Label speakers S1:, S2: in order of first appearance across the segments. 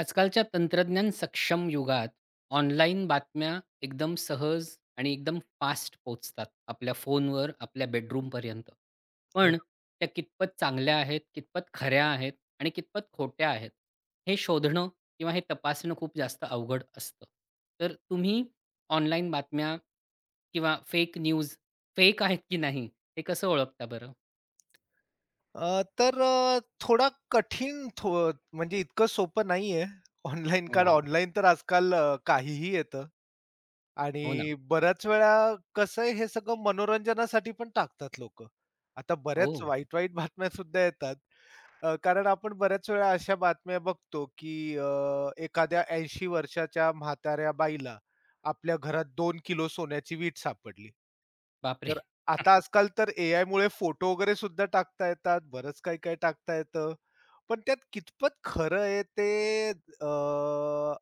S1: आजकालच्या तंत्रज्ञान सक्षम युगात ऑनलाईन बातम्या एकदम सहज आणि एकदम फास्ट पोहोचतात आपल्या फोनवर आपल्या बेडरूमपर्यंत. पण त्या कितपत चांगल्या आहेत, कितपत खऱ्या आहेत आणि कितपत खोट्या आहेत, हे शोधणं किंवा हे तपासणं खूप जास्त अवघड असतं. तर तुम्ही ऑनलाईन बातम्या किंवा फेक न्यूज फेक आहेत की नाही, हे कसं ओळखता बरं?
S2: थोडा कठीण थो म्हणजे इतकं सोपं नाहीये ऑनलाईन, कारण
S1: हो,
S2: बरोबर. ऑनलाईन तर आजकाल काहीही येतं
S1: हो ना.
S2: आणि बऱ्याच वेळा कसं आहे, हे सगळं मनोरंजनासाठी पण टाकतात लोकं. आता बऱ्याच
S1: ओ
S2: वाईट-वाईट बातम्या सुद्धा येतात. कारण आपण बऱ्याच वेळा अशा बातम्या बघतो, की एखाद्या 80 वर्षाच्या म्हाताऱ्या बाईला आपल्या घरात 2 किलो सोन्याची वीट सापडली.
S1: बापरे!
S2: आता आजकाल तर एआयमुळे फोटो वगैरे सुद्धा टाकता येतात. बरंच काही-काही टाकता येतं. पण त्यात कितपत खरं आहे ते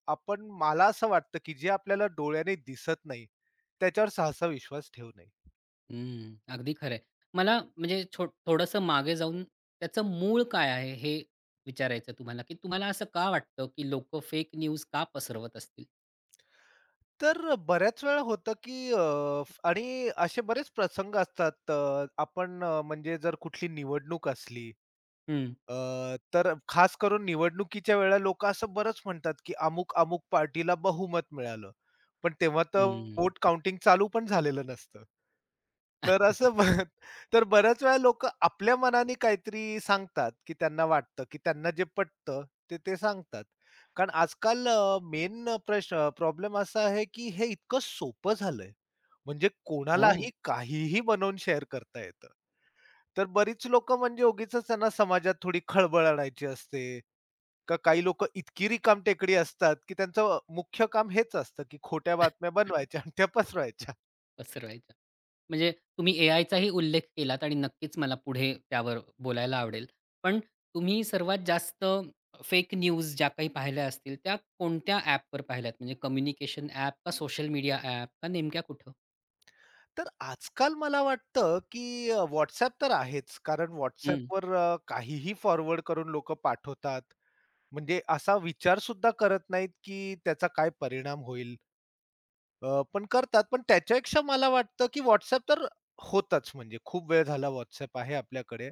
S2: आपण मला असं वाटतं, की जे आपल्याला डोळ्याने दिसत नाही, त्याच्यावर सहसा विश्वास ठेवू नये.
S1: हं, अगदी खरं आहे. मला म्हणजे थोडंसं मागे जाऊन त्याचं मूळ काय आहे हे विचारायचं तुम्हाला, की तुम्हाला असं का वाटतं, की लोकं फेक न्यूज का पसरवत असतील?
S2: तर बऱ्याच वेळा होतं, की आणि असे बरेच प्रसंग असतात. आपण म्हणजे जर कुठली निवडणूक असली
S1: हं,
S2: तर खास करून निवडणुकीच्या वेळेला लोकं असं बरंच म्हणतात, की अमुक-अमुक पार्टीला बहुमत मिळालं. पण तेव्हा तर
S1: हं.
S2: व्होट काउंटिंग चालू पण झालेलं नसतं. तर असं तर बऱ्याच वेळा लोकं आपल्या मनाने काहीतरी सांगतात, की त्यांना वाटतं, की त्यांना जे पटतं ते ते सांगतात. कारण आजकाल मेन प्रॉब्लेम असा आहे, की हे इतकं सोपं झालंय. म्हणजे
S1: हो.
S2: कोणालाही काहीही बनवून शेअर करता येतं. तर बरीच लोकं म्हणजे उगीचच त्यांना समाजात थोडी खळबळ आणायची असते. का काही लोकं इतकी टेकड़ी असतात, की त्यांचं मुख्य काम हेच असतं, की खोट्या बातम्या बनवायच्या आणि त्या पसरवायच्या.
S1: पसरवायच्या. म्हणजे तुम्ही एआयचाही उल्लेख केलात आणि नक्कीच मला पुढे त्यावर बोलायला आवडेल. पण तुम्ही सर्वात जास्त फेक न्यूज ज्या काही पाहिल्या असतील, त्या कोणत्या ॲपवर पाहिल्यात? म्हणजे कम्युनिकेशन ॲप का सोशल मीडिया ॲप का नेमक्या कुठं?
S2: तर आजकाल मला वाटतं, की तर आहेच. कारण
S1: हं.
S2: WhatsAppवर काहीही फॉरवर्ड करून लोकं पाठवतात. म्हणजे असा विचार सुद्धा करत नाहीत, की त्याचा काय परिणाम होईल. पण करतात. पण त्याच्यापेक्षा मला वाटतं, की WhatsApp तर होताच म्हणजे खूप वेळ झाला WhatsApp आहे आपल्याकडे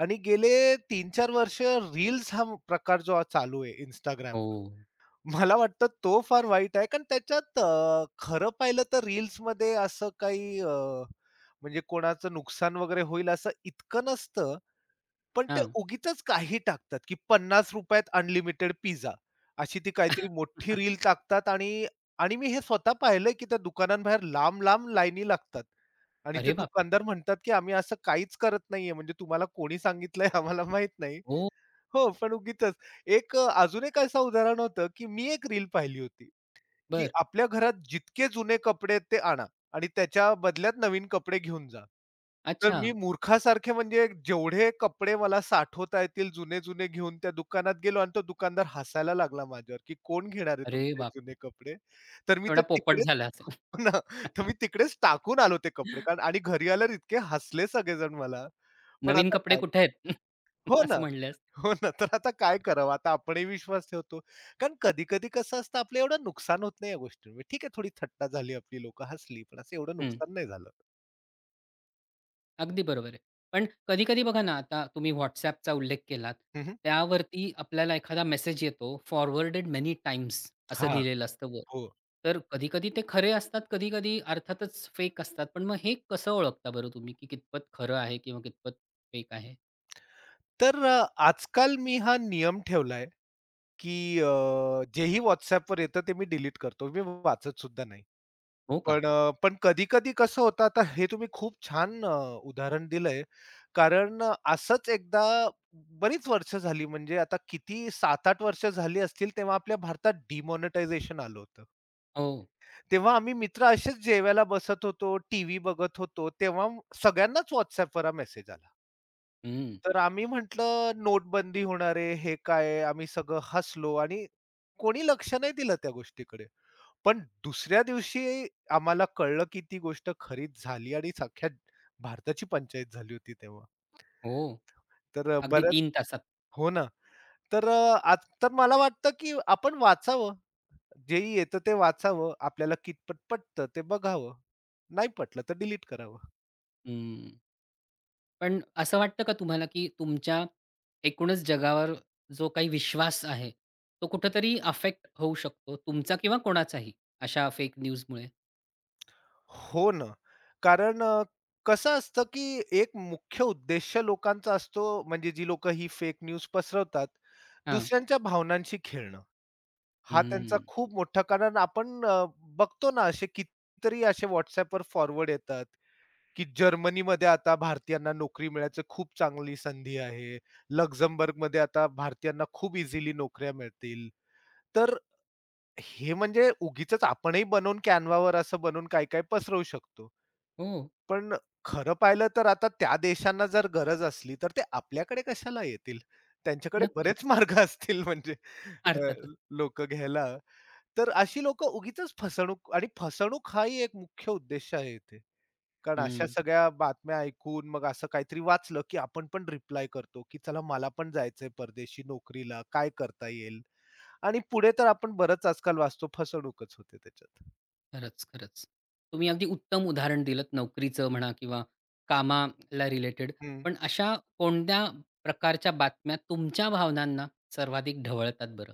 S2: आणि गेले 3-4 वर्ष रील्स हा प्रकार जो आज चालू आहे Instagram.
S1: हो.
S2: मला वाटतं तो फार वाईट आहे. कारण त्याच्यात खरं पाहिलं तर रील्समध्ये असं काही म्हणजे कोणाचं नुकसान वगैरे होईल असं इतकं नसतं. पण ते
S1: हां.
S2: उगीचच काही टाकतात, की ₹50त अनलिमिटेड पिझ्झा अशी ती काहीतरी मोठी रील टाकतात आणि आणि मी हे स्वतः पाहिलंय, की त्या दुकानांबाहेर लांब-लांब लाईनी लागतात आणि ते
S1: अरे बापरे!
S2: दुकानदार म्हणतात, की "आम्ही असं काहीच करत नाहीये, म्हणजे तुम्हाला कोणी सांगितलंय आम्हाला माहीत नाही."
S1: ओह!
S2: हो, पण उगीचच. अजून एक असं उदाहरण होतं, की मी एक रील पाहिली होती. की
S1: बरं.
S2: आपल्या घरात जितके जुने कपडे आहेत ते आणा आणि त्याच्या बदल्यात नवीन कपडे घेऊन जा. तर
S1: अच्छा.
S2: मी मूर्खासारखे म्हणजे जेवढे कपडे मला साठवता येतील जुने-जुने घेऊन त्या दुकानात गेलो आणि तो दुकानदार हसायला लागला माझ्यावर, की "कोण घेणार आहे
S1: अरे
S2: तुमचे जुने
S1: बापरे!
S2: कपडे?" तर मी ते
S1: एवढा पोपट
S2: तिकडेच
S1: झाला असेल.
S2: ना, तर मी तिकडेच टाकून आलो ते कपडे कारण आणि घरी आल्यावर इतके हसले सगळेजण मला. पण
S1: नवीन
S2: आता
S1: कपडे
S2: काय
S1: कुठे आहेत?
S2: हो ना.
S1: असं म्हणले असतील.
S2: हो ना, तर आता काय करावं? आता आपणही विश्वास ठेवतो. कारण कधी-कधी कसं असतं, आपलं एवढं नुकसान होत नाही या गोष्टींमुळे. ठीक आहे, थोडी थट्टा झाली, आपली लोकं हसली, पण असं एवढं
S1: हं.
S2: नुकसान नाही झालं.
S1: अगदी बरोबर आहे. पण कधी-कधी बघा ना, आता तुम्ही WhatsAppचा उल्लेख केलात.
S2: हं, हं.
S1: त्यावरती आपल्याला एखादा मेसेज येतो, फॉरवर्डेड मेनी टाइम्स असं लिहिलेलं असतं वर.
S2: हो.
S1: तर कधी-कधी ते खरे असतात, कधी-कधी अर्थातच फेक असतात. पण मग हे कसं ओळखता बरं तुम्ही, की कितपत खरं आहे किंवा कितपत फेक आहे?
S2: तर आजकाल मी हा नियम ठेवलाय, की अ, जेही WhatsAppवर येतं ते मी डिलीट करतो. मी वाचत सुद्धा नाही.
S1: हो का?
S2: पण कधी-कधी कसं होतं आता हे तुम्ही खूप छान उदाहरण दिलंय. कारण असंच एकदा बरीच वर्ष झाली म्हणजे आता किती 7-8 वर्ष झाली असतील तेव्हा आपल्या भारतात डिमॉनिटायझेशन आलं होतं.
S1: हो.
S2: तेव्हा आम्ही मित्र असेच जेवायला बसत होतो, टीव्ही बघत होतो, तेव्हा सगळ्यांनाच WhatsAppवर हा मेसेज आला.
S1: हं.
S2: तर आम्ही म्हटलं, नोटबंदी होणार आहे, हे काय आहे? आम्ही सगळं हसलो आणि कोणी लक्ष नाही दिलं त्या गोष्टीकडे. पण दुसऱ्या दिवशी आम्हाला कळलं, की ती गोष्ट खरीच झाली आणि अख्ख्या भारताची पंचायत झाली होती तेव्हा.
S1: हो.
S2: तर
S1: अगदी
S2: बऱ्याच
S1: 3 तासात.
S2: हो ना. तर आज तर मला वाटतं, की आपण वाचावं. जेही येतं ते वाचावं, आपल्याला कितपत पटतं ते बघावं. नाही पटलं तर डिलीट करावं.
S1: पण असं वाटतं का तुम्हाला, की तुमच्या एकूणच जगावर जो काही विश्वास आहे, तो कुठेतरी अफेक्ट होऊ शकतो तुमचा किंवा कोणाचाही अशा फेक न्यूजमुळे?
S2: हो ना. कारण कसं असतं, की एक मुख्य उद्देश लोकांचा असतो, म्हणजे जी लोकं ही फेक न्यूज पसरवतात,
S1: हां.
S2: दुसऱ्यांच्या भावनांशी खेळणं. हा त्यांचा
S1: हं.
S2: खूप मोठा कारण आपण बघतो ना असे कितीतरी असे WhatsAppवर फॉरवर्ड येतात, की जर्मनीमध्ये आता भारतीयांना नोकरी मिळायची खूप चांगली संधी आहे. लक्झमबर्गमध्ये आता भारतीयांना खूप इझिली नोकऱ्या मिळतील. तर हे म्हणजे उगीचच आपणही बनवून कॅनव्हावर असं बनवून काय-काय पसरवू शकतो.
S1: हो,
S2: पण खरं पाहिलं तर आता त्या देशांना जर गरज असली, तर ते आपल्याकडे कशाला येतील? त्यांच्याकडे बरेच
S1: नक्कीच.
S2: मार्ग असतील म्हणजे अ,
S1: अर्थातच.
S2: लोकं घ्यायला. तर अशी लोकं उगीचच फसवणूक आणि फसवणूक हाही एक मुख्य उद्देश आहे इथे. कारण अशा
S1: हं.
S2: सगळ्या बातम्या ऐकून मग असं काहीतरी वाचलं, की आपण पण रिप्लाय करतो, की चला मला पण जायचंय परदेशी नोकरीला, काय करता येईल? आणि पुढे तर आपण बरंच आजकाल वाचतो फसवणूकच होते त्याच्यात.
S1: खरंच, खरंच. तुम्ही अगदी उत्तम उदाहरण दिलंत नोकरीचं म्हणा किंवा कामाला रिलेटेड.
S2: हं.
S1: पण अशा कोणत्या प्रकारच्या बातम्या तुमच्या भावनांना सर्वाधिक ढवळतात बरं?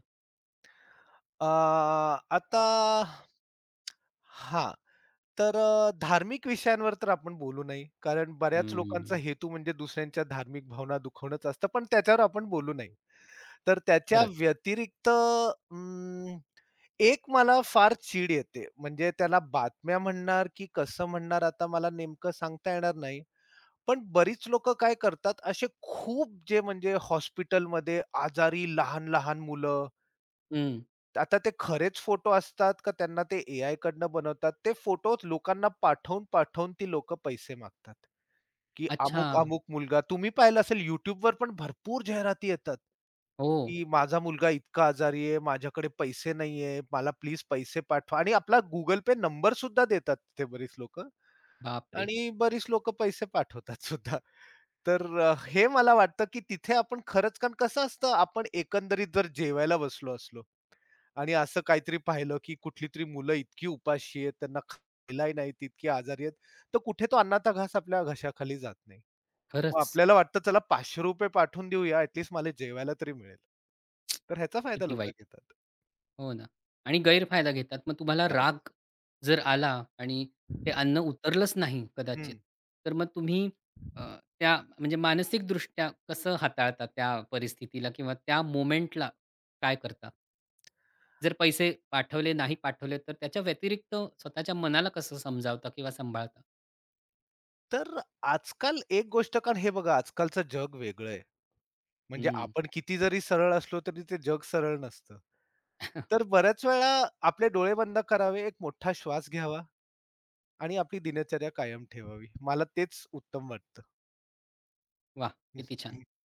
S2: अ, आता हां, तर धार्मिक विषयांवर तर आपण बोलू नाही. कारण बऱ्याच लोकांचा
S1: हं.
S2: हेतू म्हणजे दुसऱ्यांच्या धार्मिक भावना दुखवणंच असतं, पण त्याच्यावर आपण बोलू नाही. तर त्याच्या
S1: खरंच.
S2: व्यतिरिक्त एक मला फार चीड येते. म्हणजे त्याला बातम्या म्हणणार की कसं म्हणणार आता मला नेमकं सांगता येणार नाही. पण बरीच लोकं काय करतात, असे खूप जे म्हणजे हॉस्पिटलमध्ये आजारी लहान-लहान मुलं,
S1: हं.
S2: आता ते खरेच फोटो असतात का त्यांना ते एआयकडनं बनवतात, ते फोटो लोकांना पाठवून-पाठवून ती लोकं पैसे मागतात, की
S1: अच्छा.
S2: अमुक-अमुक मुलगा तुम्ही पाहिलं असेल YouTubeवर पण भरपूर जाहिराती येतात,
S1: हो.
S2: की माझा मुलगा इतका आजारी आहे, माझ्याकडे पैसे नाहीये, मला प्लीज पैसे पाठवा आणि आपला Google Pay नंबर सुद्धा देतात ते बरीच लोकं
S1: बापरे!
S2: आणि बरीच लोकं पैसे पाठवतात सुद्धा. तर हे मला वाटतं, की तिथे आपण खरंच कारण कसं असतं, आपण एकंदरीत जर जेवायला बसलो असलो आणि असं काहीतरी पाहिलं, की कुठली तरी मुलं इतकी उपाशी आहेत, त्यांना खायलाही नाहीत, इतकी आजारी आहेत, तर कुठे तो अन्नाचा घास आपल्या घशाखाली जात नाही. मग
S1: खरंच.
S2: आपल्याला वाटतं, चला ₹500 पाठवून देऊया, ॲट मला जेवायला तरी मिळेल. तर ह्याचा फायदा
S1: किती
S2: लोकं
S1: वाईट.
S2: घेतात.
S1: हो ना. आणि गैरफायदा घेतात. मग तुम्हाला
S2: फारच.
S1: राग जर आला आणि ते अन्न उतरलंच नाही
S2: हं.
S1: कदाचित, तर मग तुम्ही अ, त्या म्हणजे मानसिकदृष्ट्या कसं हाताळता त्या परिस्थितीला किंवा त्या मोमेंटला काय करता? जर पैसे पाठवले, नाही पाठवले, तर त्याच्या व्यतिरिक्त स्वतःच्या मनाला कसं समजावता किंवा सांभाळता?
S2: तर आजकाल एक गोष्ट कारण हे बघा, आजकालचं जग वेगळं आहे. म्हणजे
S1: हं.
S2: आपण किती जरी सरळ असलो तरी ते जग सरळ नसतं.
S1: वाह!
S2: तर बऱ्याच वेळा आपले डोळे बंद करावे, एक मोठा श्वास घ्यावा आणि आपली दिनचर्या कायम ठेवावी. मला तेच उत्तम वाटतं.
S1: किती छान.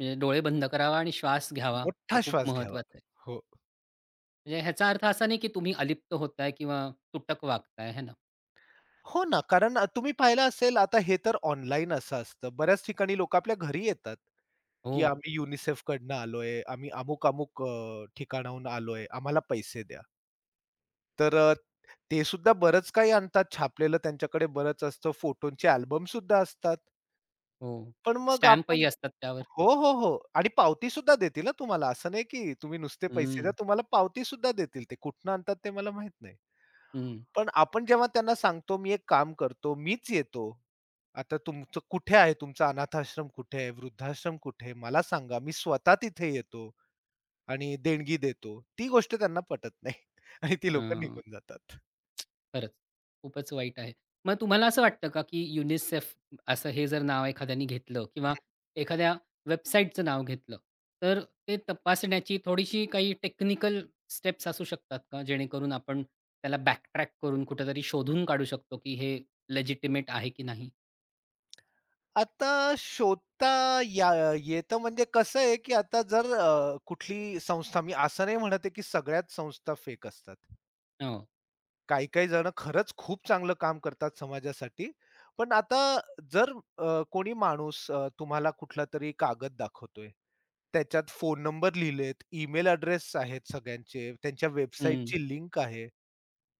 S1: म्हणजे डोळे बंद करावा आणि श्वास घ्यावा. ते
S2: मोठा
S1: खूप
S2: श्वास घ्यावा.
S1: महत्वाचं आहे.
S2: हो.
S1: म्हणजे ह्याचा अर्थ असा नाही की तुम्ही अलिप्त होताय किंवा तुटक वागताय, है ना?
S2: हो ना, कारण तुम्ही पाहिलं असेल आता हे तर ऑनलाईन असं असतं. बऱ्याच ठिकाणी लोकं आपल्या घरी येतात,
S1: हो,
S2: की आम्ही UNICEFकडनं आलोय, आम्ही अमुक-अमुक ठिकाणाहून आलोय, आम्हाला पैसे द्या. तर ते सुद्धा बरंच काही आणतात छापलेलं त्यांच्याकडे बरंच असतं. फोटोंचे अल्बम सुद्धा असतात.
S1: हो.
S2: पण मग आपण
S1: स्टॅम्पही असतात त्यावर.
S2: हो, हो, हो. आणि पावती सुद्धा देतील हं तुम्हाला. असं नाही की तुम्ही नुसते पैसे
S1: हं,
S2: द्या. तुम्हाला पावती सुद्धा देतील ते. कुठनं आणतात ते मला माहीत नाही.
S1: हं.
S2: पण आपण जेव्हा त्यांना सांगतो, "मी एक काम करतो, मीच येतो. आता तुमचं कुठे आहे? तुमचा अनाथाश्रम कुठे आहे? वृद्धाश्रम कुठे आहे? मला सांगा. मी स्वतः तिथे येतो आणि देणगी देतो." ती गोष्ट त्यांना पटत नाही आणि ती लोकं
S1: हां,
S2: निघून जातात.
S1: खरंच. खूपच वाईट आहे. मग तुम्हाला असं वाटतं का की युनिसेफ असं हे जर नाव एखाद्याने घेतलं किंवा एखाद्या वेबसाईटचं नाव घेतलं, तर ते तपासण्याची थोडीशी काही टेक्निकल स्टेप्स असू शकतात का? जेणेकरून आपण त्याला बॅकट्रॅक करून कुठेतरी शोधून काढू शकतो की हे लेजिटिमेट आहे की नाही?
S2: आता शोधता या येतं म्हणजे कसं आहे, की आता जर कुठली संस्था मी असं नाही म्हणत आहे, की सगळ्याच संस्था फेक असतात.
S1: हो.
S2: काही-काही जण खरंच खूप चांगलं काम करतात समाजासाठी. पण आता जर कोणी माणूस तुम्हाला कुठलातरी कागद दाखवतोय. त्याच्यात फोन नंबर लिहिलेत, ईमेल एड्रेस आहेत सगळ्यांचे, त्यांच्या
S1: हं.
S2: वेबसाईटची लिंक आहे.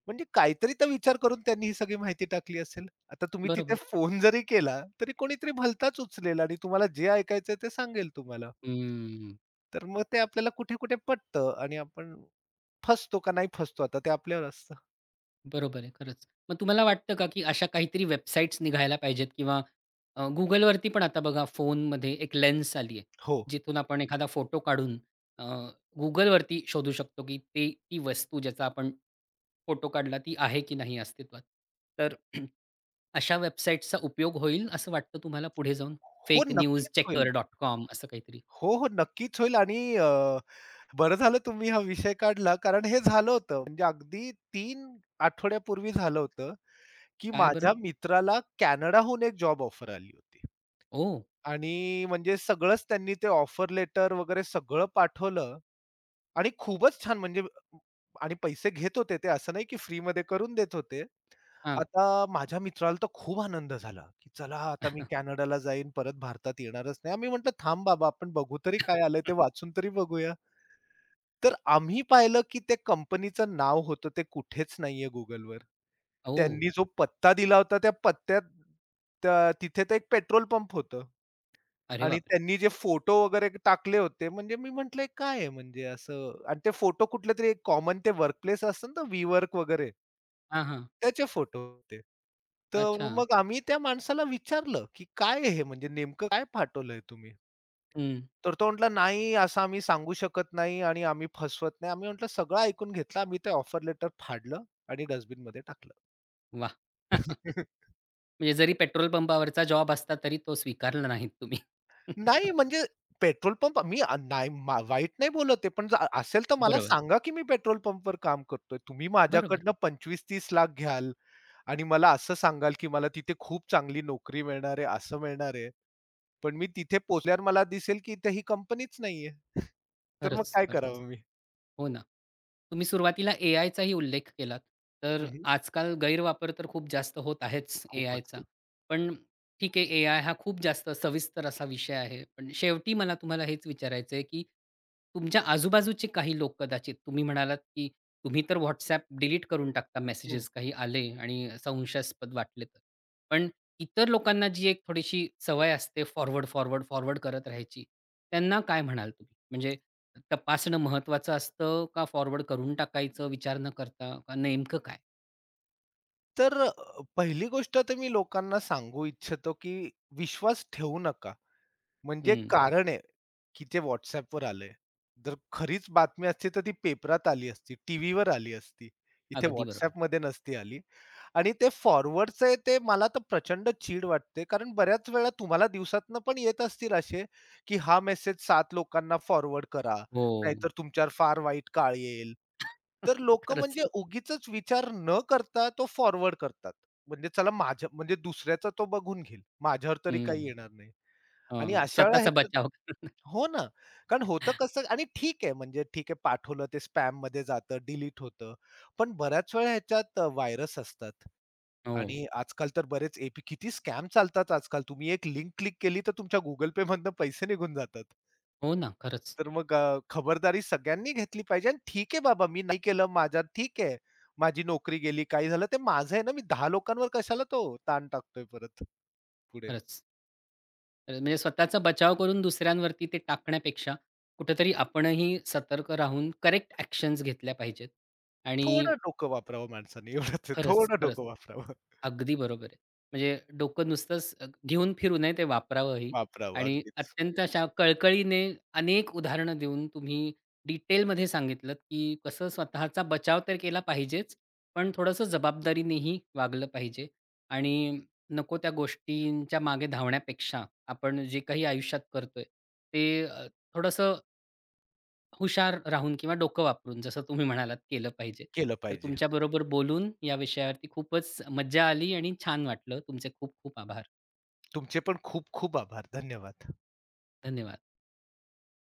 S2: म्हणजे काहीतरी तर विचार करून त्यांनी ही सगळी माहिती टाकली असेल. आता तुम्ही तिथे
S1: बरोबर.
S2: फोन जरी केला, तरी कोणीतरी भलताच उचलेल आणि तुम्हाला जे ऐकायचंय ते सांगेल तुम्हाला.
S1: हं.
S2: तर मग ते आपल्याला कुठे-कुठे पटतं आणि आपण फसतो का नाही फसतो आता ते आपल्यावर असतं.
S1: बरोबर आहे, खरंच. मग तुम्हाला वाटतं का, की अशा काहीतरी वेबसाईट्स निघायला पाहिजेत किंवा Googleवरती पण आता बघा फोनमध्ये एक लेन्स आली आहे.
S2: हो.
S1: जिथून आपण एखादा फोटो काढून अ, Googleवरती शोधू शकतो, की ते ती वस्तू ज्याचा आपण फोटो काढला ती आहे की नाही अस्तित्वात. तर अशा वेबसाईट्सचा उपयोग होईल असं वाटतं तुम्हाला पुढे जाऊन?
S2: हो,
S1: फेक न्यूज
S2: नक्कीच
S1: चेकर
S2: होईल.
S1: डॉट कॉम असं काहीतरी.
S2: हो, हो, नक्कीच होईल आणि बरं झालं तुम्ही हा विषय काढला कारण हे झालं होतं. म्हणजे अगदी 3 आठवड्यापूर्वी झालं होतं, की
S1: काय बरं?
S2: माझ्या मित्राला कॅनडाहून एक जॉब ऑफर आली होती.
S1: ओह!
S2: आणि म्हणजे सगळंच त्यांनी ते ऑफर लेटर वगैरे सगळं पाठवलं आणि खूपच छान म्हणजे आणि पैसे घेत होते ते, असं नाही की फ्रीमध्ये करून देत होते.
S1: हां.
S2: आता माझ्या मित्राला तर खूप आनंद झाला, की चला आता मी कॅनडाला जाईन, परत भारतात येणारच नाही. आम्ही म्हटलं, "थांब बाबा, आपण बघू तरी काय आलंय, ते वाचून तरी बघूया." तर आम्ही पाहिलं की ते कंपनीचं नाव होतं ते कुठेच नाहीये Googleवर.
S1: ओह!
S2: त्यांनी जो पत्ता दिला होता त्या पत्त्यात तिथे तर एक पेट्रोल पंप होतं.
S1: अरे
S2: आणि
S1: बापरे!
S2: त्यांनी जे फोटो वगैरे टाकले होते, म्हणजे मी म्हटलं, "हे काय आहे?" म्हणजे असं आणि ते फोटो कुठलेतरी एक कॉमन ते वर्कप्लेस असतं ना WeWork वगैरे,
S1: हां, हां.
S2: त्याचे फोटो होते. तर
S1: अच्छा.
S2: मग आम्ही त्या माणसाला विचारलं, की "काय आहे हे? म्हणजे नेमकं काय पाठवलंय तुम्ही?"
S1: हं.
S2: तर तो म्हटला, "नाही, असं आम्ही सांगू शकत नाही आणि आम्ही फसवत नाही." आम्ही म्हटलं, "सगळं ऐकून घेतलं." आम्ही ते ऑफर लेटर फाडलं आणि डस्टबिनमध्ये टाकलं.
S1: वाह! म्हणजे जरी पेट्रोल पंपावरचा जॉब असता तरी तो स्वीकारला नाहीत तुम्ही.
S2: नाही म्हणजे पेट्रोल पंप मी नाही मा वाईट नाही बोलत आहे, पण जर असेल तर मला
S1: बरोबर,
S2: सांगा, की मी पेट्रोल पंपवर काम करतोय. तुम्ही
S1: बरोबर.
S2: माझ्याकडनं 25-30 लाख घ्याल आणि मला असं सांगाल, की मला तिथे खूप चांगली नोकरी मिळणार आहे, असं मिळणार आहे. पण मी तिथे पोहोचल्यावर मला दिसेल, की इथे ही कंपनीच नाहीये. तर मग
S1: खरंच,
S2: काय
S1: खरंच.
S2: करावं मी?
S1: हो ना. तुम्ही सुरुवातीला एआयचाही उल्लेख केलात. तर
S2: हं,
S1: आजकाल गैरवापर तर खूप जास्त होत आहेच
S2: खूपच.
S1: एआयचा. पण ठीक आहे एआय हा खूप जास्त सविस्तर असा विषय आहे. पण शेवटी मला तुम्हाला हेच विचारायचं आहे, की तुमच्या आजूबाजूचे काही लोक कदाचित तुम्ही म्हणालात, की तुम्ही तर WhatsApp डिलीट करून टाकता
S2: हं.
S1: मेसेजेस काही आले आणि संशयास्पद वाटले तर. पण इतर लोकांना जी एक थोडीशी सवय असते फॉरवर्ड, फॉरवर्ड, फॉरवर्ड करत राहायची. त्यांना काय म्हणाल तुम्ही? म्हणजे तपासणं महत्त्वाचं असतं का फॉरवर्ड करून टाकायचं विचार न करता? का नेमकं काय?
S2: तर पहिली गोष्ट तर मी लोकांना सांगू इच्छितो, की विश्वास ठेवू नका. म्हणजे एक
S1: हं.
S2: कारण आहे, की ते WhatsAppवर आलंय. जर खरीच बातमी असती तर ती पेपरात आली असती, टीव्हीवर आली असती. इथे
S1: अगदी बरोबर.
S2: WhatsAppमध्ये नसती आली आणि ते फॉरवर्डचं आहे ते मला तर प्रचंड चीड वाटते. कारण बऱ्याच वेळा तुम्हाला दिवसातनं पण येत असतील असे, की हा मेसेज 7 लोकांना फॉरवर्ड करा,
S1: हो.
S2: नाहीतर तुमच्यावर फार वाईट काळ येईल. तर लोकं
S1: खरंच.
S2: म्हणजे उगीचच विचार न करता तो फॉरवर्ड करतात. म्हणजे चला माझ्या म्हणजे दुसऱ्याचा तो बघून घेईल. माझ्यावर तरी काही
S1: हं.
S2: येणार नाही. आणि हं.
S1: हं.
S2: अशा वेळेला
S1: स्वतःचा
S2: ह्याच्यात
S1: बचाव.
S2: हो ना. कारण होतं कसं आणि ठीक आहे म्हणजे ठीक आहे पाठवलं ते स्पॅममध्ये जातं, डिलीट होतं. पण बऱ्याच वेळा ह्याच्यात व्हायरस असतात
S1: हो.
S2: आणि आजकाल तर बरेच ए-पी किती स्कॅम चालतात आजकाल. तुम्ही एक लिंक क्लिक केली तर तुमच्या Google Payमधनं पैसे निघून जातात.
S1: हो ना. खरंच,
S2: तर मग खबरदारी सगळ्यांनी घेतली पाहिजे आणि ठीक आहे बाबा मी नाही केलं माझ्या ठीक आहे. माझी नोकरी गेली, काही झालं ते माझं आहे ना, मी 10 लोकांवर कशाला तो ताण टाकतोय परत पुढे.
S1: खरंच. तर म्हणजे स्वतःचा बचाव करून दुसऱ्यांवरती ते टाकण्यापेक्षा कुठेतरी आपणही सतर्क राहून करेक्ट ॲक्शन्स घेतल्या पाहिजेत आणि
S2: थोडं डोकं वापरावं माणसाने एवढंच आहे.
S1: खरंच,
S2: थोडं
S1: खरंच.
S2: डोकं वापरावं.
S1: अगदी बरोबर आहे. म्हणजे डोकं नुसतंच घेऊन फिरू नये, ते वापरावंही
S2: वापरावं
S1: आणि
S2: अगदीच.
S1: अत्यंत अशा कळकळीने अनेक उदाहरणं देऊन तुम्ही डिटेलमध्ये सांगितलत, की कसं स्वतःचा बचाव तर केला पाहिजेच, पण थोडंसं जबाबदारीनेही वागलं पाहिजे आणि नको त्या गोष्टींच्या मागे धावण्यापेक्षा आपण जे काही आयुष्यात करतोय, ते थोडंसं हुशार राहून किंवा डोकं वापरून जसं तुम्ही म्हणालात केलं पाहिजे.
S2: केलं
S1: तर
S2: पाहिजे.
S1: तुमच्याबरोबर बोलून या विषयावरती खूपच मज्जा आली आणि छान वाटलं. तुमचे खूप खूप आभार.
S2: तुमचे पण खूप खूप आभार. धन्यवाद.
S1: धन्यवाद.